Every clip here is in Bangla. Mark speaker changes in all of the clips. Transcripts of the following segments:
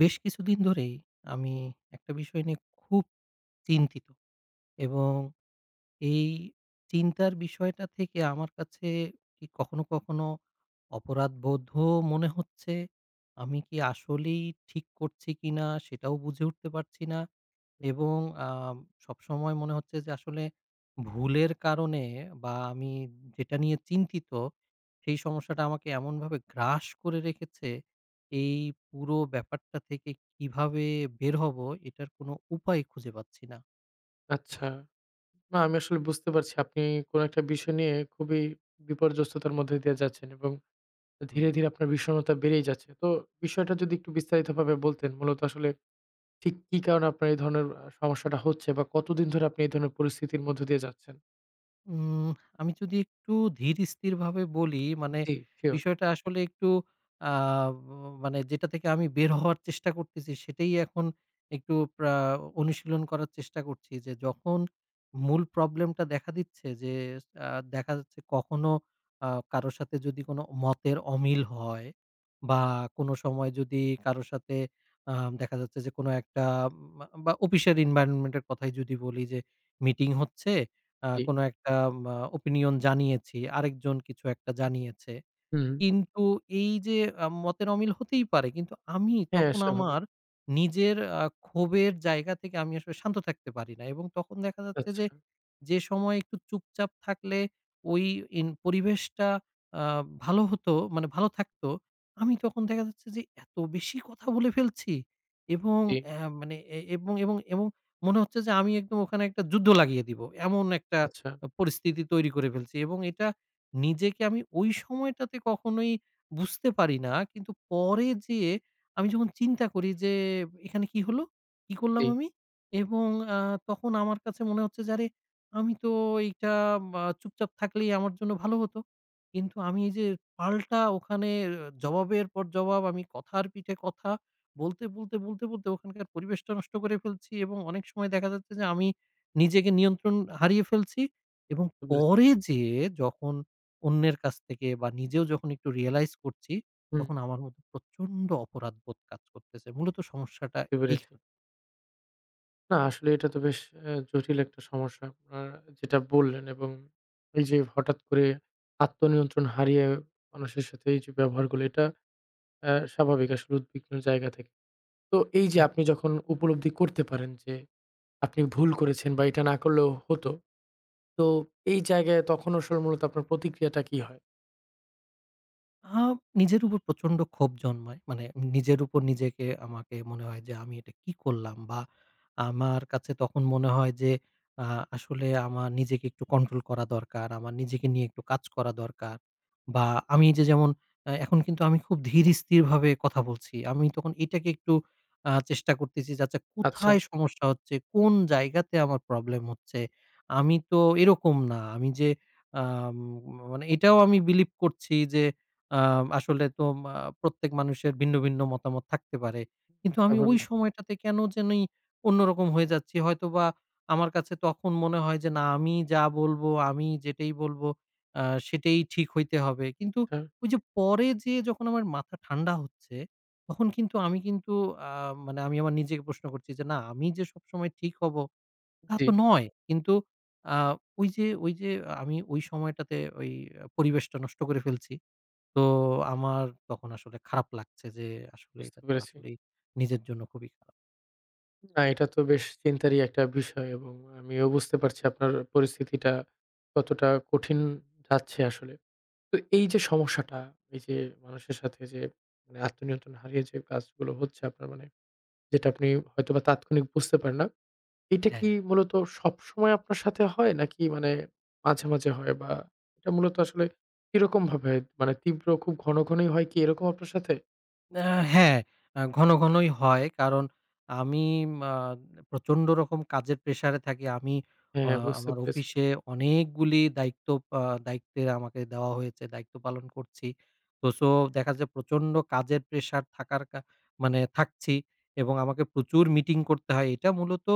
Speaker 1: বেশ কিছুদিন ধরেই আমি একটা বিষয় নিয়ে খুব চিন্তিত, এবং এই চিন্তার বিষয়টা থেকে আমার কাছে কি কখনো অপরাধবোধও মনে হচ্ছে। আমি কি আসলেই ঠিক করছি কিনা সেটাও বুঝে উঠতে পারছি না। এবং আম সবসময় মনে হচ্ছে যে আসলে ভুলের কারণে বা আমি যেটা নিয়ে চিন্তিত সেই সমস্যাটা আমাকে এমনভাবে গ্রাস করে রেখেছে, এই পুরো ব্যাপারটা থেকে কিভাবে বের হব এটার কোনো উপায় খুঁজে পাচ্ছি না।
Speaker 2: আচ্ছা। না আমি আসলে বুঝতে পারছি আপনি কোনো একটা বিষয় নিয়ে খুবই বিপর্যস্ততার মধ্যে দিয়ে যাচ্ছেন এবং
Speaker 1: হুম।
Speaker 2: ধীরে, ধীরে আপনার বিষণ্ণতা বেড়েই যাচ্ছে। তো বিষয়টা যদি একটু বিস্তারিতভাবে বলতেন, মূলত আসলে ঠিক কি কারণে আপনার এই ধরনের সমস্যাটা হচ্ছে বা কতদিন ধরে আপনি এই ধরনের পরিস্থিতির মধ্য দিয়ে যাচ্ছেন?
Speaker 1: উম আমি যদি একটু ধীরস্থিরভাবে বলি, মানে
Speaker 2: জি, শিওর।
Speaker 1: বিষয়টা আসলে একটু আ মানে যেটা থেকে আমি বের হওয়ার চেষ্টা করতেছি, সেটাই এখন একটু প্রা অনুশীলন করার চেষ্টা করছি যে, যখন মূল প্রবলেমটা দেখা দিচ্ছে যে, আ দেখা যাচ্ছে কখনো আ কারো সাথে যদি কোনো মতের অমিল হয় বা কোনো সময় যদি কারো সাথে আ দেখা যাচ্ছে যে, কোনো একটা উম, বা অফিসের এনভায়রনমেন্ট এর কথাই যদি বলি যে, মিটিং হচ্ছে
Speaker 2: জি।
Speaker 1: কোনো একটা ওপিনিয়ন জানিয়েছি, আরেকজন কিছু একটা জানিয়েছে।
Speaker 2: হুম।
Speaker 1: কিন্তু এই যে মতের অমিল হতেই পারে। কিন্তু আমি
Speaker 2: হ্যাঁ,
Speaker 1: তখন
Speaker 2: স্বাভাবিক।
Speaker 1: আমার নিজের ক্ষোভের জায়গা থেকে আমি আসলে শান্ত থাকতে পারি না। এবং তখন দেখা যাচ্ছে
Speaker 2: আচ্ছা।
Speaker 1: যে যে সময়ে একটু চুপচাপ থাকলে ওই পরিবেশটা আ ভালো হতো, মানে ভালো থাকতো। আমি তখন দেখা যাচ্ছে যে এত বেশি কথা বলে ফেলছি, এবং
Speaker 2: জি।
Speaker 1: অ্যা মানে এ এবং, এবং, এবং মনে হচ্ছে যে আমি একদম ওখানে একটা যুদ্ধ লাগিয়ে দিব। এমন একটা
Speaker 2: আচ্ছা।
Speaker 1: পরিস্থিতি তৈরি করে ফেলছি, এবং এটা নিজেকে আমি ওই সময়টাতে কখনোই বুঝতে পারি না। কিন্তু পরে যেয়ে আমি যখন চিন্তা করি যে এখানে কি হলো? কি করলাম
Speaker 2: জি,
Speaker 1: আমি? এবং আ তখন আমার কাছে মনে হচ্ছে যে আরে আমি তো এইটা চুপচাপ থাকলেই আমার জন্য ভালো হতো। কিন্তু আমি এই যে পাল্টা ওখানে জবাবের পর জবাব, আমি কথার পিঠে কথা বলতে, বলতে, বলতে, বলতে ওখানকার পরিবেশটা নষ্ট করে ফেলছি, এবং অনেক সময় দেখা যাচ্ছে যে আমি নিজেকে নিয়ন্ত্রণ হারিয়ে ফেলছি, এবং
Speaker 2: বুঝতে
Speaker 1: পরে
Speaker 2: পেরেছি।
Speaker 1: যেয়ে যখন অন্যের কাছ থেকে বা নিজেও যখন একটু রিয়ালাইজ করছি,
Speaker 2: হুম,
Speaker 1: তখন আমার মধ্যে প্রচন্ড অপরাধবোধ কাজ করতেছে। মূলত সমস্যাটা
Speaker 2: বুঝতে পেরেছি।
Speaker 1: এইখানে।
Speaker 2: না আসলে এটা তো বেশ জটিল একটা সমস্যা আপনার যেটা বললেন, এবং এই যে হঠাৎ করে আত্মনিয়ন্ত্রণ হারিয়ে মানুষের সাথে এই যে ব্যবহারগুলো, এটা স্বাভাবিক আসলে উদ্বিগ্ন জায়গা থেকে। তো এই যে
Speaker 1: এক
Speaker 2: আপনি যখন উপলব্ধি করতে পারেন যে আপনি ভুল করেছেন বা এটা না করলেও হতো, তো এই জায়গায় তখন আসলে মূলত আপনার প্রতিক্রিয়াটা কি হয়?
Speaker 1: আ নিজের উপর প্রচন্ড ক্ষোভ জন্মায়। মানে নিজের উপর নিজেকে আমাকে মনে হয় যে আমি এটা কি করলাম? বা আমার কাছে তখন মনে হয় যে আ আসলে আমার নিজেকে একটু কন্ট্রোল করা দরকার। আমার নিজেকে নিয়ে একটু কাজ করা দরকার। বা আমি যে যেমন আ এখন কিন্তু আমি খুব ধীর স্থিরভাবে কথা বলছি। আমি তখন এটাকে একটু চেষ্টা করতেছি যে আচ্ছা
Speaker 2: আচ্ছা।
Speaker 1: কোথায় সমস্যা হচ্ছে? কোন জায়গাতে আমার প্রবলেম হচ্ছে? আমি
Speaker 2: হুম,
Speaker 1: তো এরকম না। আমি যে আম মানে এটাও আমি বিলিভ করছি যে আ আসলে তো মা প্রত্যেক মানুষের ভিন্ন ভিন্ন মতামত থাকতে পারে। কিন্তু আমি ওই
Speaker 2: স্বাভাবিক।
Speaker 1: সময়টাতে কেন জানি অন্যরকম হয়ে যাচ্ছি। হয়তোবা আমার কাছে তখন মনে হয় যে, না আমি যা বলবো, আমি যেটাই বলবো আ সেটাই ঠিক হইতে হবে। কিন্তু
Speaker 2: হ্যাঁ।
Speaker 1: ওই যে পরে যেয়ে যখন আমার মাথা ঠান্ডা হচ্ছে, তখন কিন্তু আমি কিন্তু আ মানে আমি আমার নিজেকে প্রশ্ন করছি যে, না আমি যে সবসময় ঠিক হব তা
Speaker 2: জি,
Speaker 1: তো নয়। কিন্তু আ ওই যে ওই যে আমি ওই সময়টাতে ওই পরিবেশটা নষ্ট করে ফেলছি। তো আমার তখন আসলে খারাপ লাগছে যে আসলে
Speaker 2: বুঝতে
Speaker 1: এটা তো
Speaker 2: পেরেছি।
Speaker 1: আসলেই নিজের জন্য খুবই খারাপ।
Speaker 2: না, এটা তো বেশ চিন্তারই একটা বিষয় এবং আমিও বুঝতে পারছি আপনার পরিস্থিতিটা কতটা কঠিন যাচ্ছে আসলে। তো এই যে সমস্যাটা, এই যে মানুষের সাথে যে মানে আত্মনিয়ন্ত্রণ হারিয়ে যে কাজগুলো হচ্ছে আপনার, মানে যেটা আপনি হয়তোবা তাৎক্ষণিক বুঝতে পারেন না, এটা
Speaker 1: হ্যাঁ।
Speaker 2: কি মূলত সবসময় আপনার সাথে হয় নাকি মানে মাঝে, মাঝে হয়, বা এটা মূলত আসলে কিরকম ভাবে হয়? মানে তীব্র খুব ঘন, ঘনই হয় কি এরকম আপনার সাথে?
Speaker 1: আ হ্যাঁ, ঘন ঘনই হয়। কারণ আমি আ প্রচন্ড রকম কাজের প্রেশারে থাকি। আমি আ
Speaker 2: হ্যাঁ, বুঝতে
Speaker 1: আমার
Speaker 2: পেরেছি,
Speaker 1: অফিসে অনেকগুলি দায়িত্ব আ দায়িত্বের আমাকে দেওয়া হয়েছে। দায়িত্ব পালন করছি। তো দেখা যায় প্রচন্ড কাজের প্রেশার থাকার কা মানে থাকছি, এবং আমাকে প্রচুর মিটিং করতে হয়। এটা মূলত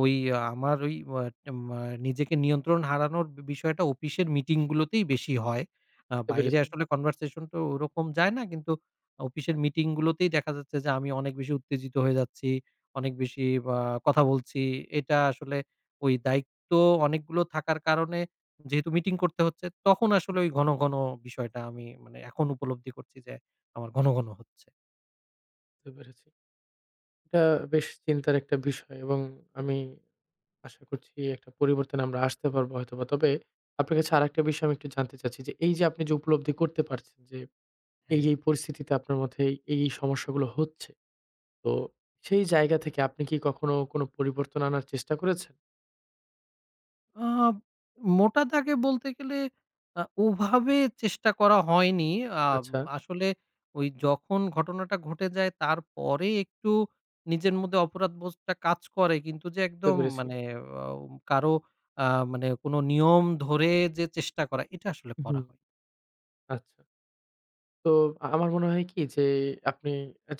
Speaker 1: আমার ওই আ মা নিজেকে নিয়ন্ত্রণ হারানোর বিষয়টা অফিসের মিটিংগুলোতেই বেশি হয়।
Speaker 2: বুঝতে
Speaker 1: বাইরে
Speaker 2: পেরেছি।
Speaker 1: আসলে কনভারসেশন তো ওরকম যায় না। কিন্তু অফিসের মিটিং গুলোতেই দেখা যাচ্ছে যে আমি অনেক বেশি উত্তেজিত হয়ে যাচ্ছি। অনেক বেশি আ কথা বলছি। এটা আসলে ওই দায়িত্ব অনেকগুলো থাকার কারণে যেহেতু মিটিং করতে হচ্ছে, তখন আসলে ওই
Speaker 2: জি,
Speaker 1: ঘন ঘন বিষয়টা আমি মানে এখন উপলব্ধি করছি যে আমার ঘন ঘন হচ্ছে।
Speaker 2: বুঝতে পেরেছি। এটা বেশ চিন্তার একটা বিষয় এবং আমি আশা করছি একটা পরিবর্তন আমরা আসতে পারবো হয়তোবা। তবে আপনার কাছে আরেকটা বিষয় আমি একটু জানতে চাচ্ছি যে, এই যে আপনি যে উপলব্ধি করতে পারছেন যে, এই,
Speaker 1: হ্যাঁ।
Speaker 2: এই পরিস্থিতিতে আপনার মধ্যে এই, এই এই সমস্যাগুলো হচ্ছে, তো সেই জায়গা থেকে আপনি কি কখনো কোনো পরিবর্তন আনার চেষ্টা করেছেন?
Speaker 1: আ মোটা দাগে বলতে গেলে ওভাবে চেষ্টা করা হয়নি। আম
Speaker 2: আচ্ছা,
Speaker 1: আসলে ওই যখন ঘটনাটা ঘটে যায় তারপরে একটু নিজের মধ্যে অপরাধবোধটা কাজ করে। কিন্তু যে
Speaker 2: বুঝতে
Speaker 1: একদম
Speaker 2: পেরেছি।
Speaker 1: মানে আ কারো আ মানে কোনো নিয়ম ধরে যে চেষ্টা করা, এটা আসলে করা
Speaker 2: হুম,
Speaker 1: হয়নি।
Speaker 2: আচ্ছা। তো আমার মনে হয় কি যে আপনি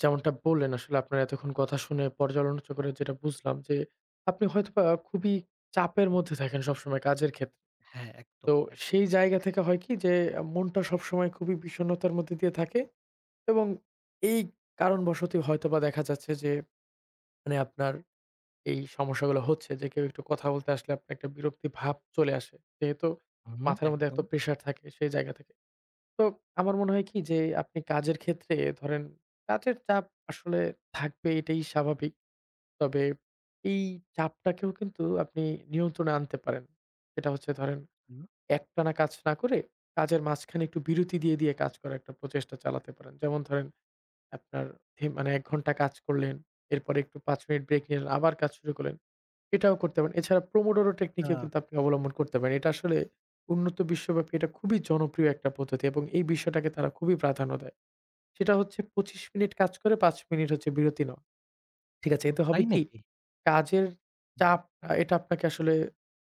Speaker 2: যেমনটা বললেন, আসলে আপনার এতক্ষণ কথা শুনে পর্যালোচনা করে যেটা বুঝলাম যে আপনি হয়তোবা খুবই চাপের মধ্যে থাকেন সবসময় কাজের ক্ষেত্রে।
Speaker 1: হ্যাঁ, একদম,
Speaker 2: তো
Speaker 1: একদম,
Speaker 2: সেই জায়গা থেকে হয় কি যে মনটা সবসময় খুবই বিষণ্ণতার মধ্যে দিয়ে থাকে এবং এই কারণবশত হয়তোবা দেখা যাচ্ছে যে মানে আপনার এই সমস্যাগুলো হচ্ছে যে কেউ একটু কথা বলতে আসলে আপনার একটা বিরক্তি ভাব চলে আসে। যেহেতু
Speaker 1: হুম,
Speaker 2: মাথার মধ্যে এত
Speaker 1: একদম।
Speaker 2: প্রেশার থাকে সেই জায়গা থেকে। তো আমার মনে হয় কি যে আপনি কাজের ক্ষেত্রে, ধরেন কাজের চাপ আসলে থাকবে, এটাই স্বাভাবিক। তবে এই চাপটাকেও কিন্তু আপনি নিয়ন্ত্রণে আনতে পারেন। সেটা হচ্ছে, ধরেন,
Speaker 1: হুম।
Speaker 2: একটানা কাজ না করে কাজের মাঝখানে একটু বিরতি দিয়ে, দিয়ে কাজ করার একটা প্রচেষ্টা চালাতে পারেন। যেমন ধরেন আপনার মানে ১ ঘন্টা কাজ করলেন, এরপরে একটু ৫ মিনিট ব্রেক নিলেন, আবার কাজ শুরু করলেন। এটাও করতে পারেন। এছাড়া Pomodoro
Speaker 1: আ
Speaker 2: টেকনিকেও কিন্তু আপনি অবলম্বন করতে পারেন। এটা আসলে উন্নত বিশ্বব্যাপী এটা খুবই জনপ্রিয় একটা পদ্ধতি এবং এই বিষয়টাকে তারা খুবই প্রাধান্য দেয়। সেটা হচ্ছে ২৫ মিনিট কাজ করে ৫ মিনিট হচ্ছে বিরতি নেওয়া। ঠিক আছে?
Speaker 1: ও
Speaker 2: এতে হবে
Speaker 1: তাই
Speaker 2: কি,
Speaker 1: নাকি?
Speaker 2: কাজের
Speaker 1: হুম,
Speaker 2: চাপ এটা আপনাকে আসলে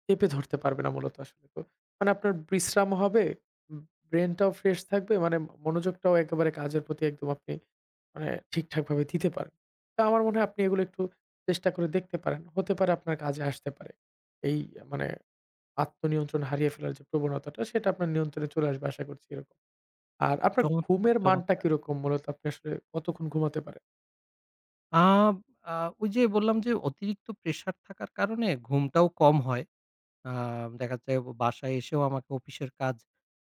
Speaker 2: চেপে ধরতে পারবে না মূলত আসলে তো। মানে আপনার বিশ্রামও হবে, উম ব্রেইনটাও ফ্রেশ থাকবে, মানে মনোযোগটাও একেবারে কাজের প্রতি একদম আপনি মানে ঠিকঠাকভাবে দিতে পারেন। তো আমার মনে হয় আপনি এগুলো একটু চেষ্টা করে দেখতে পারেন। হতে পারে আপনার কাজে আসতে পারে। এই মানে আত্মনিয়ন্ত্রণ হারিয়ে ফেলার যে প্রবণতাটা সেটা আপনার নিয়ন্ত্রণে চলে আসবে আশা করছি এরকম। আর আপনার
Speaker 1: চমৎকার,
Speaker 2: ঘুমের মানটা
Speaker 1: চমৎকার।
Speaker 2: কিরকম, মূলত আপনি আসলে কতক্ষণ ঘুমাতে পারেন?
Speaker 1: আ আ ওই যে বললাম যে অতিরিক্ত প্রেশার থাকার কারণে ঘুমটাও কম হয়। আ দেখা যায় বাসায় এসেও আমাকে অফিসের কাজ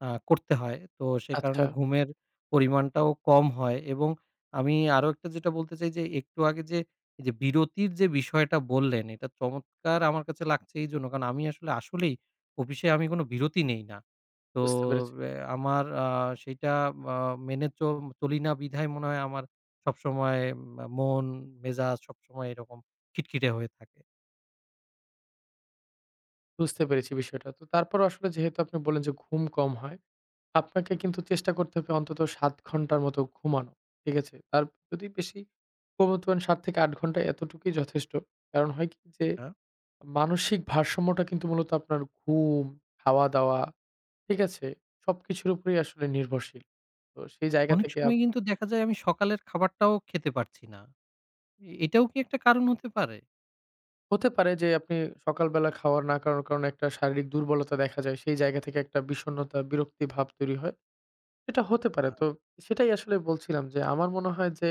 Speaker 1: করতে হয়। তো সে
Speaker 2: আচ্ছা।
Speaker 1: কারণে ঘুমের পরিমাণটাও কম হয়, এবং আমি আরো একটা যেটা বলতে চাই যে একটু আগে যে এই যে বিরতির যে বিষয়টা বললেন এটা চমৎকার আমার কাছে লাগছে এইজন্য কারণ আমি আসলে আসলেই অফিসে আমি কোনো বিরতি নেই না। তো
Speaker 2: বুঝতে পেরেছি।
Speaker 1: এ আমার আ সেইটা আ মেনে চ চলি না বিধায় মনে হয় আমার সবসময় মন মেজাজ সবসময় এরকম খিটখিটে হয়ে থাকে।
Speaker 2: বুঝতে পেরেছি বিষয়টা। তো তারপরও আসলে যেহেতু আপনি বললেন যে ঘুম কম হয়, আপনাকে কিন্তু চেষ্টা করতে হবে অন্তত ৭ ঘন্টার মতো ঘুমানো। ঠিক আছে? তার যদি বেশি ঘুমোতে পারেন, ৭ থেকে ৮ ঘন্টা, এতটুকুই যথেষ্ট। কারণ হয় কি যে
Speaker 1: না?
Speaker 2: মানসিক ভারসাম্যটা কিন্তু মূলত আপনার ঘুম, খাওয়া-দাওয়া, ঠিক আছে, সবকিছুর উপরেই আসলে নির্ভরশীল। তো সেই জায়গা
Speaker 1: অনেক
Speaker 2: থেকে আপ
Speaker 1: সময় কিন্তু দেখা যায় আমি সকালের খাবারটাও খেতে পারছি না। এটাও কি একটা কারণ হতে পারে?
Speaker 2: হতে পারে যে আপনি সকালবেলা খাওয়া না খাওয়ার কারণে একটা শারীরিক দুর্বলতা দেখা যায়। সেই জায়গা থেকে একটা বিষণ্ণতা, বিরক্তি ভাব তৈরি হয়। এটা হতে পারে।
Speaker 1: আচ্ছা।
Speaker 2: তো সেটাই আসলে বলছিলাম যে আমার মনে হয় যে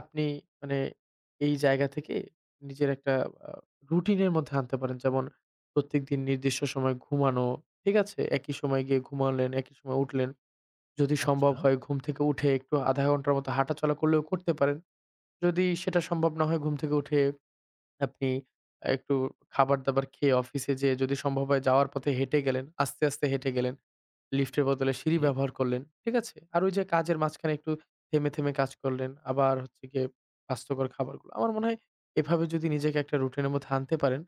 Speaker 2: আপনি মানে এই জায়গা থেকে নিজের একটা আ রুটিনের মধ্যে আনতে পারেন। যেমন প্রত্যেকদিন নির্দিষ্ট সময় ঘুমানো, ঠিক আছে? একই সময় গিয়ে ঘুমালেন, একই সময় উঠলেন। যদি সম্ভব
Speaker 1: আচ্ছা।
Speaker 2: হয় ঘুম থেকে উঠে একটু ০.৫ ঘন্টার মতো হাঁটাচলা করলেও করতে পারেন। যদি সেটা সম্ভব না হয়, ঘুম থেকে উঠে আপনি একটু খাবার-দাবার খেয়ে অফিসে যেয়ে, যদি সম্ভব হয় যাওয়ার পথে হেঁটে গেলেন, আস্তে, আস্তে হেঁটে গেলেন। লিফটের বদলে সিঁড়ি
Speaker 1: ওকে।
Speaker 2: ব্যবহার করলেন। ঠিক আছে? আর ওই যে কাজের মাঝখানে একটু থেমে, থেমে কাজ করলেন। আবার হচ্ছে গিয়ে স্বাস্থ্যকর খাবারগুলো। আমার মনে হয় এভাবে যদি নিজেকে একটা রুটিনের মধ্যে আনতে পারেন,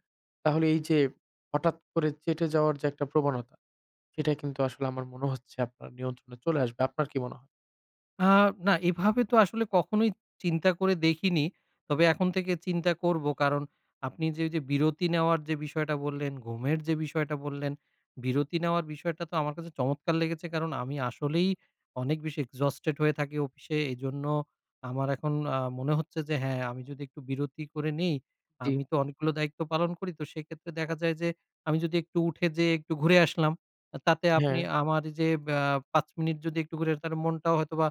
Speaker 2: তাহলে এই যে হঠাৎ করে চেটে যাওয়ার যে একটা প্রবণতা, সেটা কিন্তু আসলে আমার মনে হচ্ছে আপনার নিয়ন্ত্রণে চলে আসবে। আপনার কি মনে হয়?
Speaker 1: আ না এভাবে তো আসলে কখনোই চিন্তা করে দেখিনি। তবে এখন থেকে চিন্তা করব। কারণ আপনি যে ওই যে বিরতি নেওয়ার যে বিষয়টা বললেন, ঘুমের যে বিষয়টা বললেন, বিরতি নেওয়ার বিষয়টা তো আমার কাছে চমৎকার লেগেছে। কারণ আমি আসলেই অনেক বেশি এক্সহস্টেড হয়ে থাকি অফিসে। এজন্য আমার এখন মনে হচ্ছে যে হ্যাঁ, আমি যদি একটু বিরতি করে নেই,
Speaker 2: জি।
Speaker 1: আমি তো অনেকগুলো দায়িত্ব পালন করি। তো সেক্ষেত্রে দেখা যায় যে আমি যদি একটু উঠে যেয়ে একটু ঘুরে আসলাম। তাতে আপনি
Speaker 2: হ্যাঁ।
Speaker 1: আমার যে আ ৫ মিনিট যদি একটু ঘুরে তাহলে মনটাও হয়তোবা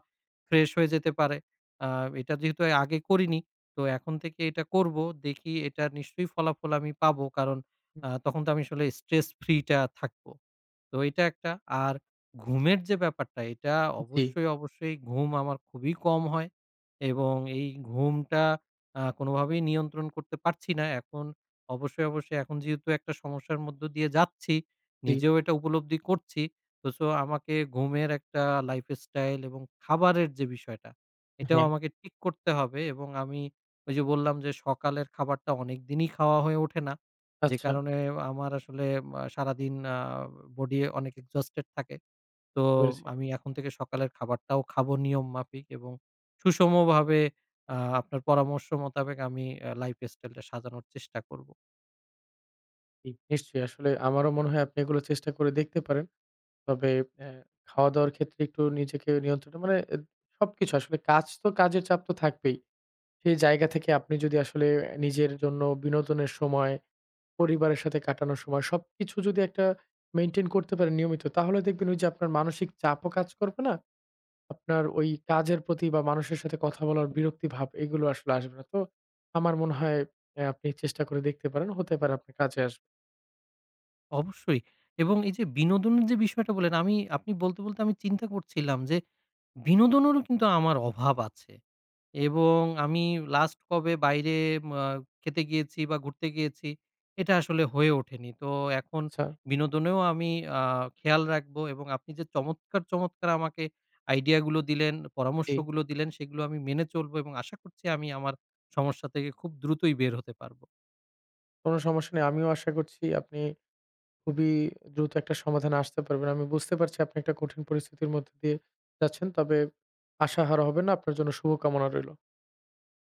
Speaker 1: ফ্রেশ হয়ে যেতে পারে। আ এটা যেহেতু আগে করিনি, তো এখন থেকে এটা করব। দেখি এটা নিশ্চয়ই ফলাফল আমি পাবো। কারণ
Speaker 2: হুম।
Speaker 1: তখন তো আমি আসলে স্ট্রেস ফ্রি টা থাকবো। তো এটা একটা। আর ঘুমের যে ব্যাপারটা এটা
Speaker 2: জি।
Speaker 1: অবশ্যই, অবশ্যই ঘুম আমার খুবই কম হয়, এবং এই ঘুমটা কোনোভাবেই নিয়ন্ত্রণ করতে পারছি না। এখন অবশ্যই, অবশ্যই এখন যেহেতু একটা সমস্যার মধ্য দিয়ে যাচ্ছি,
Speaker 2: জি।
Speaker 1: নিজেও এটা উপলব্ধি করছি। তো আমাকে ঘুমের একটা লাইফস্টাইল এবং খাবারের যে বিষয়টা, এটাও
Speaker 2: হ্যাঁ।
Speaker 1: আমাকে ঠিক করতে হবে, এবং আমি ওই যে বললাম যে সকালের খাবারটা অনেকদিনই খাওয়া হয়ে ওঠে না। যে
Speaker 2: আচ্ছা,
Speaker 1: কারণে আমার আসলে সারাদিন বডি অনেক এক্সহস্টেড থাকে। তো
Speaker 2: বুঝতে পেরেছি।
Speaker 1: আমি এখন থেকে সকালের খাবারটাও খাবো নিয়ম মাফিক এবং সুষমভাবে আ
Speaker 2: হুম।
Speaker 1: আপনার পরামর্শ মোতাবেক আমি লাইফ স্টাইলটা সাজানোর চেষ্টা করব।
Speaker 2: জি, নিশ্চয়ই আসলে আমারও মনে হয় আপনি এগুলো চেষ্টা করে দেখতে পারেন। তবে অ্যা খাওয়া-দাওয়ার ক্ষেত্রে একটু নিজেকে নিয়ন্ত্রণ, মানে সবকিছু আসলে কাজ তো, কাজের চাপ তো থাকবেই। সেই জায়গা থেকে আপনি যদি আসলে নিজের জন্য বিনোদনের সময়, পরিবারের সাথে কাটানোর সময়, সবকিছু যদি একটা মেইনটেইন করতে পারেন নিয়মিত, তাহলে দেখবেন ওই যে আপনার মানসিক চাপও কাজ করবে না। আপনার ওই কাজের প্রতি বা মানুষের সাথে কথা বলার বিরক্তি ভাব এগুলো আসলে আসবে না। তো আমার মনে হয় আপনি চেষ্টা করে দেখতে পারেন। হতে পারে আপনার কাজে আসবে।
Speaker 1: অবশ্যই, এবং এই যে বিনোদনের যে বিষয়টা বললেন আমি আপনি বলতে, বলতে আমি চিন্তা করছিলাম যে বিনোদনেরও কিন্তু আমার অভাব আছে। এবং আমি লাস্ট কবে বাইরে মা খেতে গিয়েছি বা ঘুরতে গিয়েছি, এটা আসলে হয়ে ওঠেনি। তো এখন
Speaker 2: আচ্ছা।
Speaker 1: বিনোদনেও আমি আ খেয়াল রাখবো, এবং আপনি যে চমৎকার, চমৎকার আমাকে আইডিয়াগুলো দিলেন,
Speaker 2: জি।
Speaker 1: পরামর্শগুলো দিলেন, সেগুলো আমি মেনে চলবো এবং আশা করছি আমি আমার সমস্যা থেকে খুব দ্রুতই বের হতে পারবো।
Speaker 2: কোনো সমস্যা নেই। আমিও আশা করছি আপনি খুবই দ্রুত একটা সমাধানে আসতে পারবেন। আমি বুঝতে পারছি আপনি একটা কঠিন পরিস্থিতির মধ্যে দিয়ে যাচ্ছেন। তবে আশাহারা হবেন না। আপনার জন্য শুভকামনা রইল।